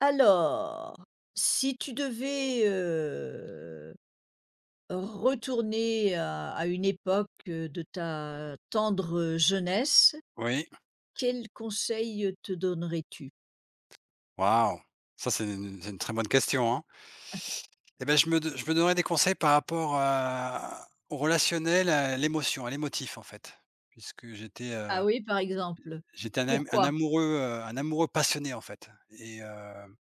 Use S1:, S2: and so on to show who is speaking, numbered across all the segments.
S1: Alors, si tu devais, retourner à une époque, de ta tendre jeunesse,
S2: Oui,
S1: quel conseil te donnerais-tu?
S2: waouh! Ça, c'est une très bonne question, hein. Et ben je me donnerais des conseils par rapport à au relationnel, à l'émotion, à l'émotif, en fait. Puisque j'étais, heu,
S1: Ah oui, par exemple?
S2: j'étais un am un
S1: Pourquoi?
S2: amoureux, heu, un amoureux passionné, en fait et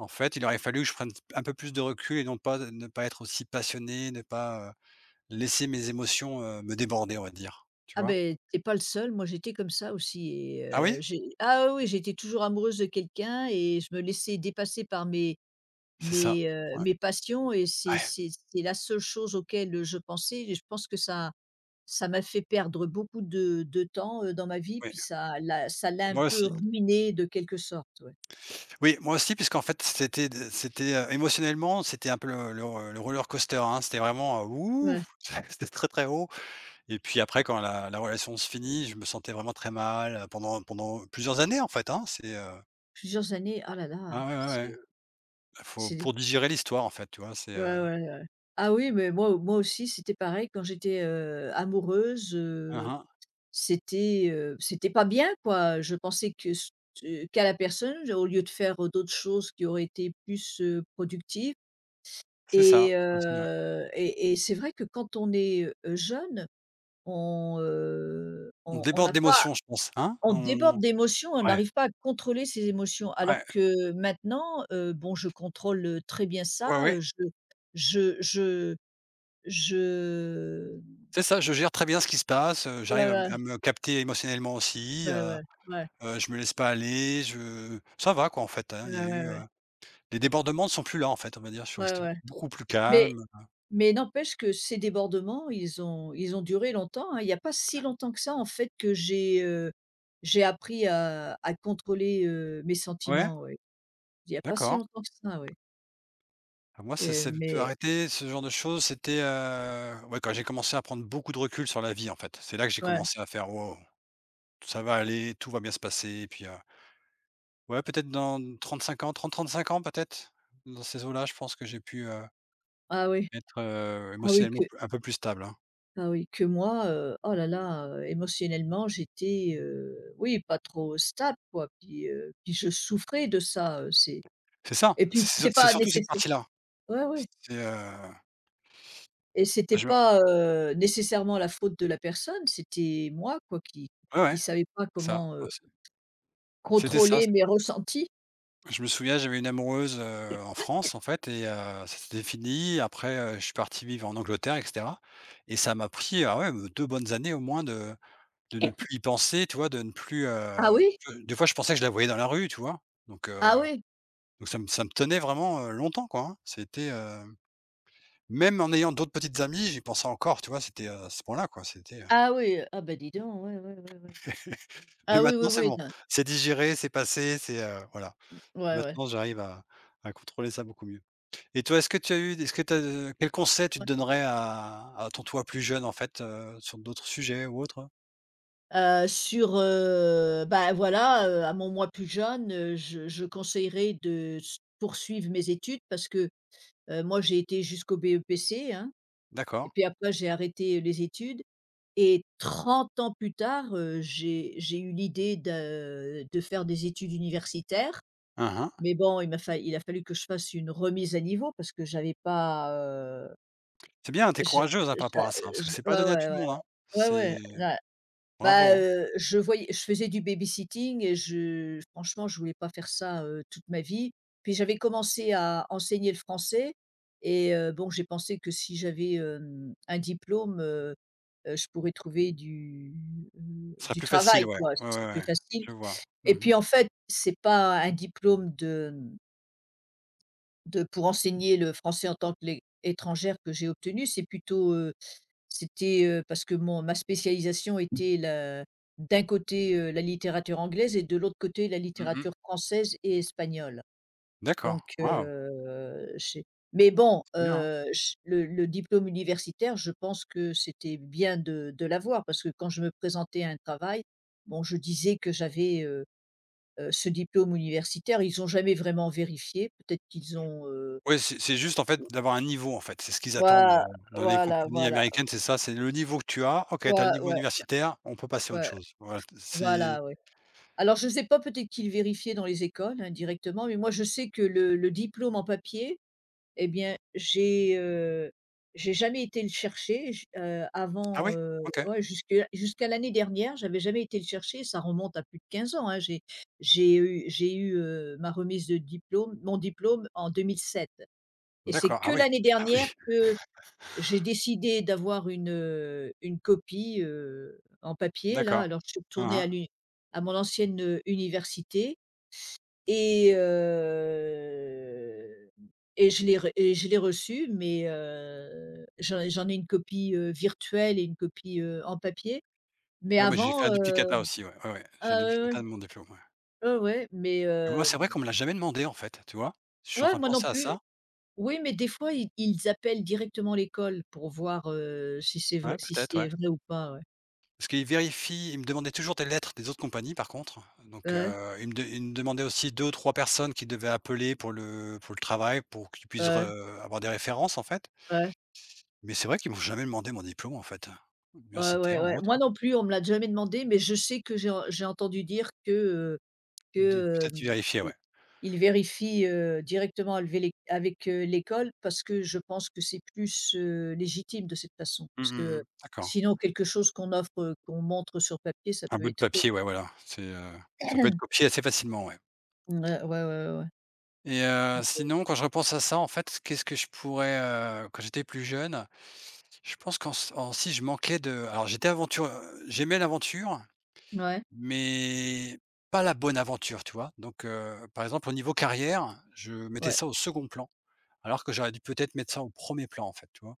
S2: en fait, il aurait fallu que je prenne un peu plus de recul et non pas ne pas être aussi passionné, ne pas, laisser mes émotions, me déborder, on va dire. Tu
S1: Ah
S2: vois?
S1: ben, t'es pas le seul, moi j'étais comme ça aussi et
S2: Ah oui?
S1: j'ai ah oui, j'étais toujours amoureuse de quelqu'un et je me laissais dépasser par mes
S2: C'est ça.
S1: mes, heu,
S2: Ouais.
S1: mes passions et c'est
S2: Ouais,
S1: c'est c'est la seule chose auquel je pensais et je pense que ça. Ça m'a fait perdre beaucoup de temps, dans ma vie,
S2: oui.
S1: puis ça l'a un
S2: Moi
S1: peu
S2: aussi.
S1: ruiné de quelque sorte, ouais.
S2: Oui, moi aussi, puisqu'en fait, c'était, émotionnellement, c'était un peu le roller coaster, hein. C'était vraiment,
S1: Ouais,
S2: ouf, c'était très, très haut et puis après quand la relation se finit, je me sentais vraiment très mal, pendant plusieurs années, en fait, hein.
S1: plusieurs années, ah là là,
S2: Ah ouais, ouais,
S1: c'est
S2: ouais. Faut
S1: c'est
S2: pour digérer l'histoire, en fait, tu vois?
S1: Ouais, ouais, ouais. Ah oui, mais moi aussi, c'était pareil quand j'étais, amoureuse,
S2: Hein, hein,
S1: c'était pas bien quoi. Je pensais que ce qu'à la personne, je- au lieu de faire d'autres choses qui auraient été plus, productives
S2: c'est ça.
S1: et
S2: Ouais, c'est vrai.
S1: heu et et c'est vrai que quand on est, jeune. On, heu,
S2: On
S1: on on n'a
S2: déborde
S1: pas
S2: d'émotions, je pense, hein?
S1: on déborde
S2: On
S1: d'émotions, on
S2: Ouais,
S1: n'arrive pas à contrôler ses émotions. Alors
S2: ouais,
S1: que maintenant, bon, je contrôle, très bien
S2: ouais,
S1: ça.
S2: ouais.
S1: Je je je
S2: C'est ça, je gère très bien ce qui se passe,
S1: Ouais,
S2: j'arrive à m
S1: ouais,
S2: à me capter émotionnellement aussi.
S1: ouais, ouais, ouais,
S2: Je me laisse pas aller, je ça va quoi en fait, hein,
S1: ouais,
S2: il y a
S1: ouais,
S2: eu,
S1: ouais,
S2: les débordements ne sont plus là en fait, on va dire. Je suis
S1: ouais,
S2: resté
S1: ouais.
S2: beaucoup plus
S1: Mais
S2: calme.
S1: mais n'empêche que ces débordements, ils ont duré longtemps, hein. Il y a pas si longtemps que ça, en fait, que j'ai appris à contrôler, mes
S2: Ouais?
S1: sentiments, oui. Il y a pas si
S2: D'accord.
S1: longtemps que ça, oui,
S2: Bah, moi ça s'est p
S1: mais
S2: arrêté ce genre de choses, c'était, ouais quand j'ai commencé à prendre beaucoup de recul sur la vie en fait. C'est là que j'ai
S1: ouais.
S2: commencé à faire: «Waouh, ça va aller, tout va bien se passer» et puis, ouais peut-être dans 35 ans, trente-trente-cinq ans peut-être? Dans ces eaux-là, je pense que j'ai pu,
S1: Ah oui,
S2: être,
S1: ah oui que
S2: émotionnellement p un peu plus stable, hein.
S1: ah oui que moi, oh là là, émotionnellement j'étais, oui pas trop stable quoi, puis je souffrais de ça, c'est.
S2: C'est ça,
S1: Et puis
S2: c'est
S1: c'était
S2: c'est c'est
S1: pas
S2: surtout cette
S1: nécessaire.
S2: partie-là.
S1: Ouais, ouais.
S2: C'est,
S1: Et c'était
S2: je me
S1: pas, nécessairement la faute de la personne, c'était moi quoi qui
S2: Ouais, ouais.
S1: savais pas
S2: Ça, moi
S1: comment,
S2: aussi. C'était ça.
S1: contrôler mes ressentis.
S2: Je me souviens, j'avais une amoureuse, en France, en fait et ça s'était fini. Après, je suis parti vivre en Angleterre et cetera, et ça m'a pris, ah ouais, 2 bonnes années au moins de ne plus y penser, tu vois? De ne plus,
S1: Ah oui?
S2: de des fois, je pensais que je la voyais dans la rue, tu vois? Donc heu,
S1: Ah oui?
S2: donc ça me tenait vraiment, longtemps, quoi, hein. C'était, même en ayant d'autres petites amies, j'y pensais encore, tu vois? C'était, à ce point-là, quoi, c'était,
S1: Ah oui, ah ben dis donc, ouais, ouais, ouais, ouais.
S2: mais
S1: Ah oui, oui,
S2: maintenant, c'est
S1: oui,
S2: bon.
S1: non.
S2: C'est digéré, c'est passé, c'est, voilà.
S1: Ouais, ouais.
S2: Maintenant, j'arrive à contrôler ça beaucoup mieux. Et toi, est-ce que tu as, quel conseil tu te donnerais à ton toi plus jeune, en fait, sur d'autres sujets ou autres?
S1: À mon moi plus jeune, je conseillerais de s poursuivre mes études parce que, moi j'ai été jusqu'au BEPC, hein, et
S2: D'accord.
S1: puis après j'ai arrêté les études, et 30 ans plus tard, j'ai eu l'idée de faire des études universitaires.
S2: Hein, hein.
S1: Mais bon, il m'a fa il a fallu que je fasse une remise à niveau parce que j'avais pas, heu.
S2: C'est bien, t'es es
S1: je
S2: courageuse, hein, par
S1: j'a
S2: rapport à ça, parce que
S1: je
S2: c'est pas
S1: Ouais,
S2: donné à
S1: ouais,
S2: tout le monde, hein.
S1: ouais, ouais,
S2: C'est
S1: ouais.
S2: bravo,
S1: Bah,
S2: hein.
S1: je faisais du babysitting et je franchement, je voulais pas faire ça, toute ma vie. Puis j'avais commencé à enseigner le français et bon, j'ai pensé que si j'avais, un diplôme, je pourrais trouver du, heu,
S2: Ce serait
S1: du
S2: plus facile,
S1: travail,
S2: ouais.
S1: quoi, ce
S2: Ouais,
S1: sera
S2: ouais,
S1: plus
S2: ouais,
S1: facile.
S2: je vois. Mmh
S1: Et
S2: mh.
S1: puis, en fait, c'est pas un diplôme de pour enseigner le français en tant que lé étrangère que j'ai obtenu, c'était, parce que mon ma spécialisation était la d'un côté, la littérature anglaise et de l'autre côté la
S2: Mmh.
S1: littérature française et espagnole.
S2: D'accord.
S1: Donc,
S2: Waouh,
S1: j'ai Mais bon,
S2: c'est bien, hein.
S1: j le diplôme universitaire, je pense que c'était bien de l'avoir parce que quand je me présentais à un travail, bon, je disais que j'avais, ce diplôme universitaire. Ils ont jamais vraiment vérifié. Peut-être qu'ils ont, heu.
S2: Ouais, c'est juste, en fait, d'avoir un niveau, en fait. C'est ce qu'ils attendent,
S1: Voilà,
S2: dans les
S1: voilà,
S2: compagnies
S1: voilà.
S2: américaines, c'est ça, c'est le niveau que tu as. OK,
S1: voi
S2: tu as le niveau
S1: Ouais,
S2: universitaire, on peut passer à autre
S1: ouais,
S2: chose. Voilà, c'est
S1: voilà, ouais. Alors je ne sais pas, peut-être qu'ils vérifiaient dans les écoles, hein, directement, mais moi je sais que le diplôme en papier, eh bien j'ai jamais été le chercher, j
S2: ah
S1: avant,
S2: oui? OK.
S1: ouais, jusque jusqu'à l'année dernière, j'avais jamais été le chercher, ça remonte à plus de 15 ans, hein. J'ai eu, ma remise de diplôme mon diplôme en 2007, et c'est
S2: D'accord.
S1: que
S2: Ah oui.
S1: l'année
S2: Ah oui,
S1: dernière que j'ai décidé d'avoir une copie, en papier là,
S2: d'accord.
S1: alors je suis
S2: Hein,
S1: retournée
S2: hein.
S1: à mon ancienne, université, et heu et je l'ai re et je l'ai reçue, mais j'en ai une copie, virtuelle et une copie, en papier. Mais
S2: Ouais, moi, j'ai fait un
S1: avant, heu.
S2: duplicata aussi, ouais, ouais, ouais. J'ai un
S1: Ah ouais, ouais.
S2: duplicata de mon diplôme, ouais.
S1: Ouais, ouais, mais
S2: Mais moi, c'est vrai qu'on me l'a jamais demandé, en fait, tu vois? Je suis en
S1: ouais,
S2: train de
S1: moi non
S2: penser à
S1: plus.
S2: ça.
S1: Oui, mais des fois ils appellent directement l'école pour voir, si c'est vrai,
S2: Ouais, peut-être, ouais.
S1: ou pas, ouais.
S2: Parce qu'ils vérifient, ils me demandaient toujours des lettres des autres compagnies, par contre. Donc,
S1: Ouais,
S2: ils me demandaient aussi 2 ou 3 personnes qu'ils devaient appeler pour le travail, pour qu'ils puissent re
S1: ouais.
S2: avoir des références, en fait.
S1: Ouais,
S2: Mais c'est vrai qu'ils m'ont jamais demandé mon diplôme, en fait,
S1: ouais, ouais,
S2: universitaire
S1: ouais.
S2: ou autre,
S1: Moi
S2: hein.
S1: non plus, on me l'a jamais demandé, mais je sais que j'ai entendu dire
S2: Des
S1: que,
S2: peut-être qu'ils
S1: hem,
S2: vérifiaient,
S1: i
S2: ouais.
S1: ils vérifient, directement avec l'é avec, l'école parce que je pense que c'est plus, légitime de cette façon.
S2: Mmh
S1: Parce
S2: mh,
S1: que
S2: mmh. D'accord.
S1: sinon quelque chose qu'on montre sur papier, ça
S2: Un
S1: peut
S2: bout de
S1: être faux.
S2: papier, ouais, voilà. C'est, ça peut être copié assez facilement, ouais.
S1: Ouais, ouais, ouais, ouais, ouais.
S2: Et sinon quand je repense à ça, en fait, qu'est-ce que je pourrais, quand j'étais plus jeune, je pense qu'en s en si je manquais de alors j'étais aventure, j'aimais l'aventure,
S1: Ouais, ouais,
S2: mais pas la bonne aventure, tu vois? Donc par exemple au niveau carrière, je mettais ça au second plan, alors que j'aurais dû peut-être mettre ça au premier plan, en fait, tu vois?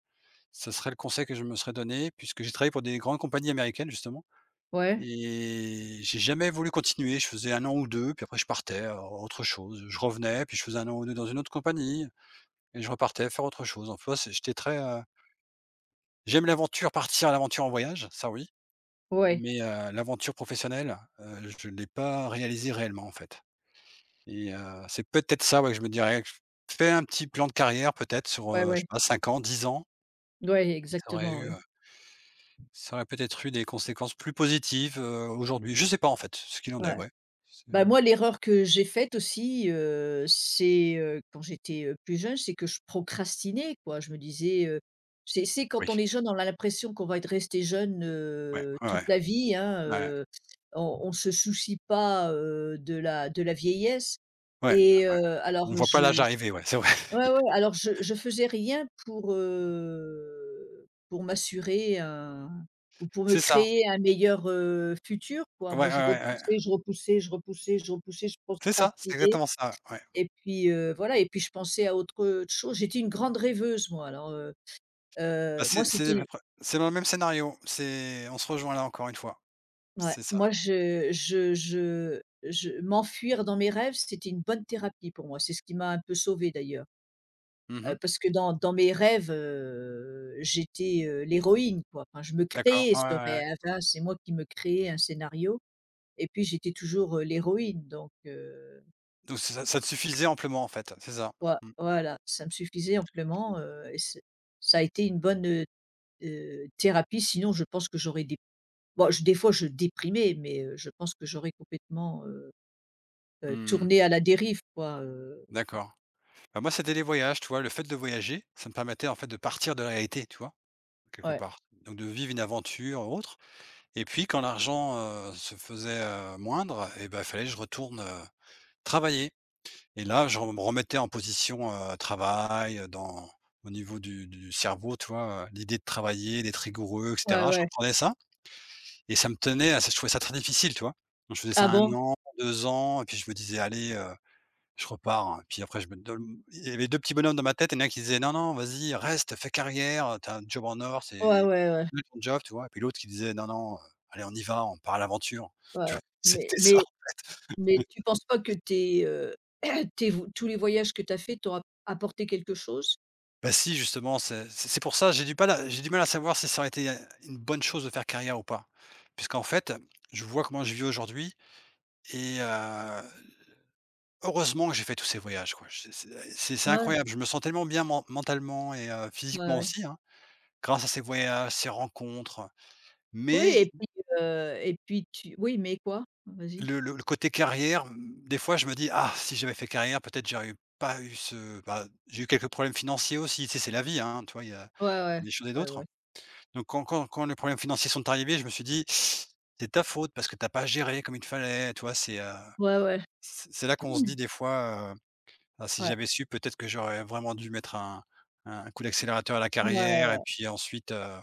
S2: Ce serait le conseil que je me serais donné puisque j'ai travaillé pour des grandes compagnies américaines, justement,
S1: ouais,
S2: et j'ai jamais voulu continuer. Je faisais un an ou 2, puis après je partais à autre chose. Je revenais, puis je faisais un an ou 2 dans une autre compagnie. Et je repartais faire autre chose. Donc tu c'est j'étais très, j'aime l'aventure, partir à l'aventure en voyage, ça oui,
S1: ouais,
S2: mais l'aventure professionnelle, je ne l'ai pas réalisée réellement, en fait, et c'est peut-être ça, ouais, que je me dirais, fais un petit plan de carrière peut-être sur,
S1: ouais,
S2: je sais
S1: ouais,
S2: pas, 5 ans, 10 ans,
S1: ouais,
S2: ça aurait
S1: exactement, oui.
S2: eu, heu, ça aurait peut-être eu des conséquences plus positives, aujourd'hui. Je sais pas en fait, ce qu'il en est,
S1: Ouais.
S2: ouais. C'est,
S1: Bah, moi, l'erreur que j'ai faite aussi, quand j'étais, plus jeune, c'est que je procrastinais, quoi. Je me disais, c'est
S2: oui,
S1: quand on est jeune, on a l'impression qu'on va être resté jeune,
S2: ouais, ouais,
S1: toute
S2: ouais,
S1: la vie, hein,
S2: ouais,
S1: on on se soucie pas, de la vieillesse,
S2: ouais,
S1: et
S2: ouais. On
S1: alors
S2: voit pas l'âge
S1: je
S2: arriver, ouais, c'est vrai.
S1: ouais, ouais, ouais. Alors je faisais rien pour, pour m'assurer un ou pour me
S2: C'est ça.
S1: créer un meilleur, futur, quoi.
S2: Ouais, ouais,
S1: Moi, je
S2: ouais, ouais.
S1: repoussais, je repoussais, je repoussais, je repoussais, je
S2: C'est ça, c'est
S1: procrastinais,
S2: exactement ça, ouais.
S1: et puis, voilà, et puis je pensais à autre chose. J'étais une grande rêveuse moi, alors,
S2: Bah,
S1: moi
S2: c'est à
S1: c'était
S2: peu près c'est dans le même scénario, c'est on se rejoint là encore une fois,
S1: ouais,
S2: c'est ça.
S1: moi je m'enfuir dans mes rêves, c'était une bonne thérapie pour moi. C'est ce qui m'a un peu sauvée d'ailleurs.
S2: Mmh.
S1: Parce que dans mes rêves, j'étais, l'héroïne quoi. Enfin, je me
S2: D'accord,
S1: créais
S2: ouais,
S1: ce
S2: ouais, ouais.
S1: rêve là, c'est moi qui me créais un scénario et puis j'étais toujours, l'héroïne donc
S2: Donc ça ça te suffisait amplement en fait, c'est ça? Mmh.
S1: voilà, ça me suffisait amplement, et c'est ça a été une bonne, thérapie. Sinon, je pense que j'aurais des. Bon je des fois je déprimais, mais je pense que j'aurais complètement,
S2: Mmh.
S1: tourné à la dérive quoi,
S2: D'accord. Bah, moi, c'était les voyages, tu vois? Le fait de voyager, ça me permettait en fait de partir de la réalité, tu vois? Quelque
S1: ouais.
S2: part. Donc de vivre une aventure ou autre, et puis quand l'argent, se faisait, moindre, et ben il fallait que je retourne, travailler. Et là, je me remettais en position, travail, dans au niveau du cerveau, tu vois? L'idée de travailler, d'être rigoureux, et
S1: Ouais,
S2: cetera. Je
S1: ouais.
S2: reprenais ça et ça me tenait à je trouvais ça très difficile, tu vois? Donc je faisais
S1: Ah
S2: ça
S1: bon?
S2: un an, 2 ans, et puis je me disais: «Allez, je repars». Puis après je me don il y avait 2 petits bonhommes dans ma tête, et il y en a un qui disait: «Non, non, vas-y, reste, fais carrière, t'as un job en or,
S1: Ouais,
S2: c'est
S1: ouais, ouais.
S2: nul ton job», tu vois? Et puis l'autre qui disait: «Non, non, allez on y va, on part à l'aventure»,
S1: Ouais,
S2: tu
S1: ouais.
S2: vois?
S1: Mais
S2: C'était ça.
S1: mais Mais tu penses pas que tes, tes vo tous les voyages que tu as fait t'ont apporté quelque chose?
S2: Bah si, justement, c'est pour ça, j'ai du mal à savoir si ça aurait été, une bonne chose de faire carrière ou pas. Puisqu'en fait, je vois comment je vis aujourd'hui et heureusement que j'ai fait tous ces voyages, quoi. Je C'est
S1: Ouais,
S2: incroyable, je me sens tellement bien mentalement et
S1: ouais,
S2: physiquement
S1: ouais.
S2: aussi, hein, grâce à ces voyages, ces rencontres.
S1: Oui,
S2: Mais
S1: et puis tu oui, mais quoi? Vas-y.
S2: le côté carrière, mmh, des fois, je me dis: «Ah, si j'avais fait carrière, peut-être j'aurais eu pas eu ce», bah, j'ai eu quelques problèmes financiers aussi, tu sais, c'est la vie, hein, tu vois? Il y a
S1: Ouais, ouais.
S2: il y a des choses et
S1: Ouais, ouais.
S2: d'autres. Donc quand les problèmes financiers sont arrivés, je me suis dit: «C'est ta faute parce que t'as pas géré comme il fallait», tu vois? C'est,
S1: Ouais, ouais.
S2: c'est là qu'on se dit des fois: «Ah si
S1: Ouais.
S2: j'avais su, peut-être que j'aurais vraiment dû mettre un coup d'accélérateur à la
S1: Ouais,
S2: carrière et
S1: ouais.
S2: puis ensuite,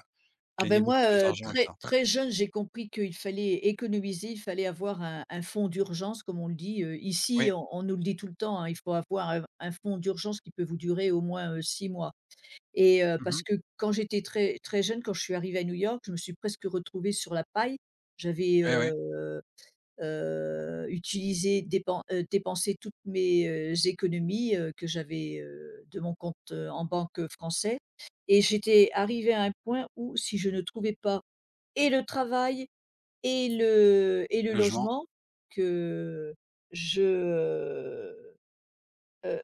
S1: Ah
S2: gagner
S1: ben moi,
S2: beaucoup plus d'argent avec
S1: très
S2: ça».
S1: très jeune, j'ai compris qu'il fallait économiser, il fallait avoir un fonds d'urgence comme on le dit, ici
S2: Oui.
S1: on nous le dit tout le temps, hein, il faut avoir un fonds d'urgence qui peut vous durer au moins, 6 mois. Parce
S2: Mmh.
S1: que quand j'étais très très jeune, quand je suis arrivée à New York, je me suis presque retrouvée sur la paille. J'avais,
S2: Oui, oui,
S1: utilisé, dépensé toutes mes, économies, que j'avais, de mon compte, en banque, français, et j'étais arrivée à un point où si je ne trouvais pas et le travail et le
S2: logement.
S1: logement, que je, heu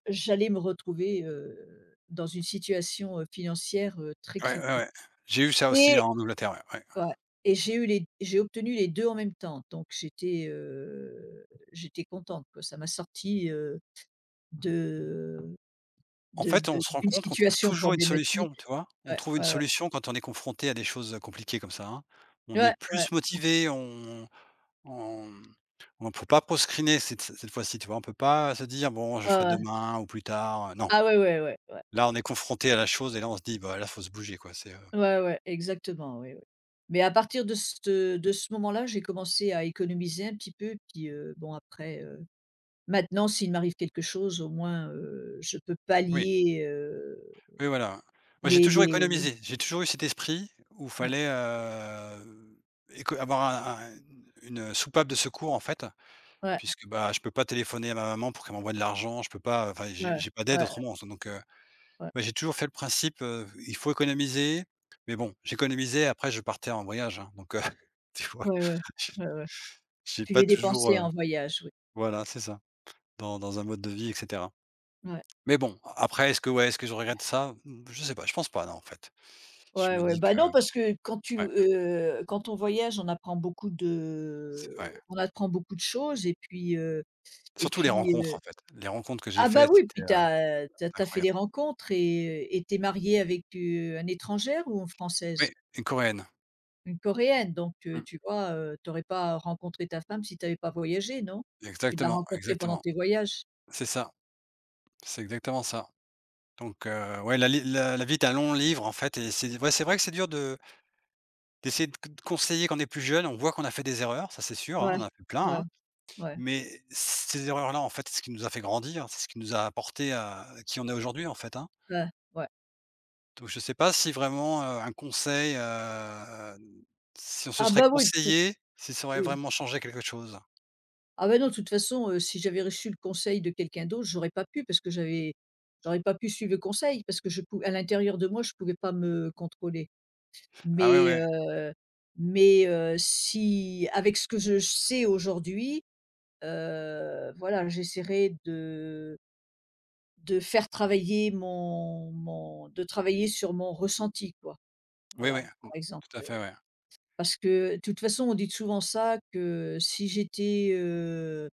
S1: j'allais me retrouver, dans une situation, financière, très
S2: Ouais, ouais,
S1: critique.
S2: ouais. J'ai eu ça aussi
S1: Et
S2: en Angleterre, ouais, ouais.
S1: ouais. J'ai obtenu les 2 en même temps, donc j'étais, contente quoi. Ça m'a sorti, de
S2: En fait, on
S1: de
S2: se rend
S1: d'une
S2: compte qu'on trouve
S1: situation
S2: toujours une
S1: problématique.
S2: solution, tu vois? On
S1: Ouais,
S2: trouve une
S1: ouais,
S2: solution quand on est confronté à des choses compliquées comme ça, hein. On est
S1: ouais. Ouais, ouais.
S2: plus motivé, On ne peut pas procrastiner cette fois-ci, tu vois? On peut pas se dire: «Bon, je
S1: Ah
S2: ferai
S1: ouais.
S2: demain ou plus tard», non.
S1: Ah ouais, ouais, ouais, ouais.
S2: Là, on est confronté à la chose et là, on se dit: «Bah, là, faut se bouger, quoi». C'est,
S1: Ouais, ouais, exactement, oui, oui. Mais à partir de ce moment-là, j'ai commencé à économiser un petit peu, puis, bon après, maintenant s'il m'arrive quelque chose au moins, je peux
S2: oui,
S1: pallier,
S2: oui, voilà. Moi, j'ai
S1: les
S2: toujours économisé. J'ai toujours eu cet esprit où
S1: ouais,
S2: fallait, éco avoir un une, soupape de secours, en fait,
S1: ouais.
S2: puisque, bah, je peux pas téléphoner à ma maman pour qu'elle m'envoie de l'argent, je peux pas, enfin, j'ai
S1: Ouais,
S2: j'ai pas d'aide
S1: ouais,
S2: autrement, donc
S1: ouais,
S2: Bah, j'ai toujours fait le principe, il faut économiser, mais bon, j'économisais, après je partais en voyage, hein, donc tu vois?
S1: ouais, ouais,
S2: J'ai
S1: ouais, ouais.
S2: j'ai
S1: Tu
S2: pas
S1: les
S2: toujours,
S1: dépensais en voyage, oui.
S2: voilà, c'est ça, dans un mode de vie et cetera.
S1: Ouais,
S2: Mais bon, après est-ce que ouais, est-ce que je regrette ça? Mmh, je sais pas, je pense pas, non, en fait. Je
S1: ouais,
S2: me
S1: ouais.
S2: dis
S1: Bah,
S2: que
S1: non, parce que
S2: ouais,
S1: quand on voyage,
S2: c'est ouais,
S1: on apprend beaucoup de choses, et puis, heu. Et
S2: surtout les
S1: puis,
S2: rencontres,
S1: heu.
S2: en fait. Les rencontres que j'ai
S1: Ah, bah,
S2: faites
S1: oui,
S2: c'était,
S1: puis t'as tu fait des
S2: incroyable.
S1: rencontres, et tu es avec, une étrangère ou une française?
S2: Oui, une coréenne.
S1: Une coréenne, donc,
S2: Mmh,
S1: tu vois, tu pas rencontré ta femme si t'avais pas voyagé, non? Tu l'as
S2: exactement,
S1: rencontrée pendant
S2: exactement.
S1: tes voyages?
S2: C'est ça, c'est exactement ça. Donc ouais, la li la la vie est un long livre, en fait, et c'est ouais, c'est vrai que c'est dur de D'essayer de conseiller quand on est plus jeune, on voit qu'on a fait des erreurs, ça c'est sûr, hein,
S1: Ouais,
S2: on en a fait plein,
S1: ouais,
S2: hein.
S1: ouais,
S2: Mais ces erreurs-là, en fait, c'est ce qui nous a fait grandir, c'est ce qui nous a apporté à qui on est aujourd'hui, en fait, hein.
S1: ouais, ouais.
S2: Donc je sais pas si vraiment, un conseil, si on se
S1: Ah,
S2: serait
S1: bah, oui.
S2: conseillé, si ça aurait
S1: Oui.
S2: vraiment changé quelque chose.
S1: Ah ben non, de toute façon, si j'avais reçu le conseil de quelqu'un d'autre, j'aurais pas pu parce que j'aurais pas pu suivre le conseil parce que je pou à l'intérieur de moi, je pouvais pas me contrôler.
S2: Ah ouais,
S1: Mais,
S2: ouais.
S1: heu. Si avec ce que je sais aujourd'hui, voilà, j'essaierai de faire travailler mon mon de travailler sur mon ressenti, quoi.
S2: Oui, oui,
S1: Voilà,
S2: mmh,
S1: par
S2: tout à
S1: exemple,
S2: fait, ouais.
S1: parce que de toute façon, on dit souvent ça que si j'étais, heu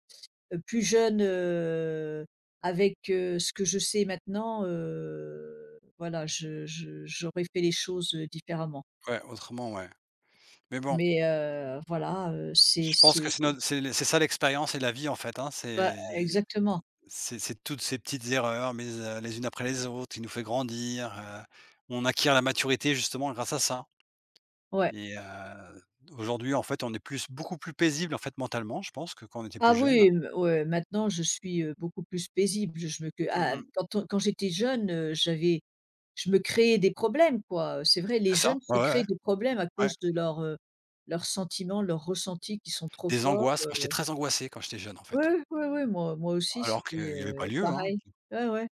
S1: Heu, plus jeune, avec, ce que je sais maintenant, voilà, je j'aurais fait les choses, différemment.
S2: Ouais, autrement, ouais. Mais bon,
S1: Mais, voilà, c'est
S2: je pense que c'est notre c'est ça l'expérience et la vie, en fait, hein,
S1: ouais,
S2: c'est
S1: exactement,
S2: c'est toutes ces petites erreurs, mais les unes après les autres, qui nous fait grandir, on acquiert la maturité justement grâce à ça,
S1: ouais.
S2: et aujourd'hui, en fait, on est plus beaucoup plus paisible, en fait, mentalement, je pense, que quand on était
S1: Ah
S2: plus jeune.
S1: oui, mmh, ouais, maintenant je suis, beaucoup plus paisible. Je me que
S2: Mmh
S1: Ah,
S2: mh.
S1: quand on quand j'étais jeune, j'avais, je me créais des problèmes, quoi, c'est vrai, les
S2: C'est ça,
S1: jeunes se
S2: ouais, ouais,
S1: créent
S2: ouais,
S1: des problèmes à
S2: ouais.
S1: cause de leurs, leurs sentiments, leurs ressentis qui sont trop
S2: Des
S1: forts.
S2: angoisses, moi, j'étais très angoissé quand j'étais jeune, en
S1: Oui,
S2: fait,
S1: oui, oui, moi aussi
S2: alors
S1: c'était,
S2: qu'il y avait pas lieu, hein.
S1: pareil. Ouais, ouais.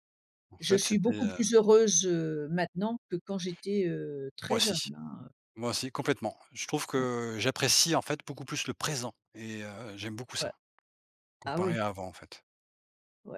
S2: En
S1: Je
S2: fait,
S1: suis beaucoup plus heureuse, maintenant que quand j'étais,
S2: Moi
S1: très jeune,
S2: aussi.
S1: hein,
S2: Moi aussi, complètement. Je trouve
S1: ouais,
S2: que j'apprécie, en fait, beaucoup plus le présent et j'aime beaucoup
S1: ouais.
S2: ça,
S1: Ah
S2: comparé
S1: oui,
S2: à avant, en fait.
S1: ouais.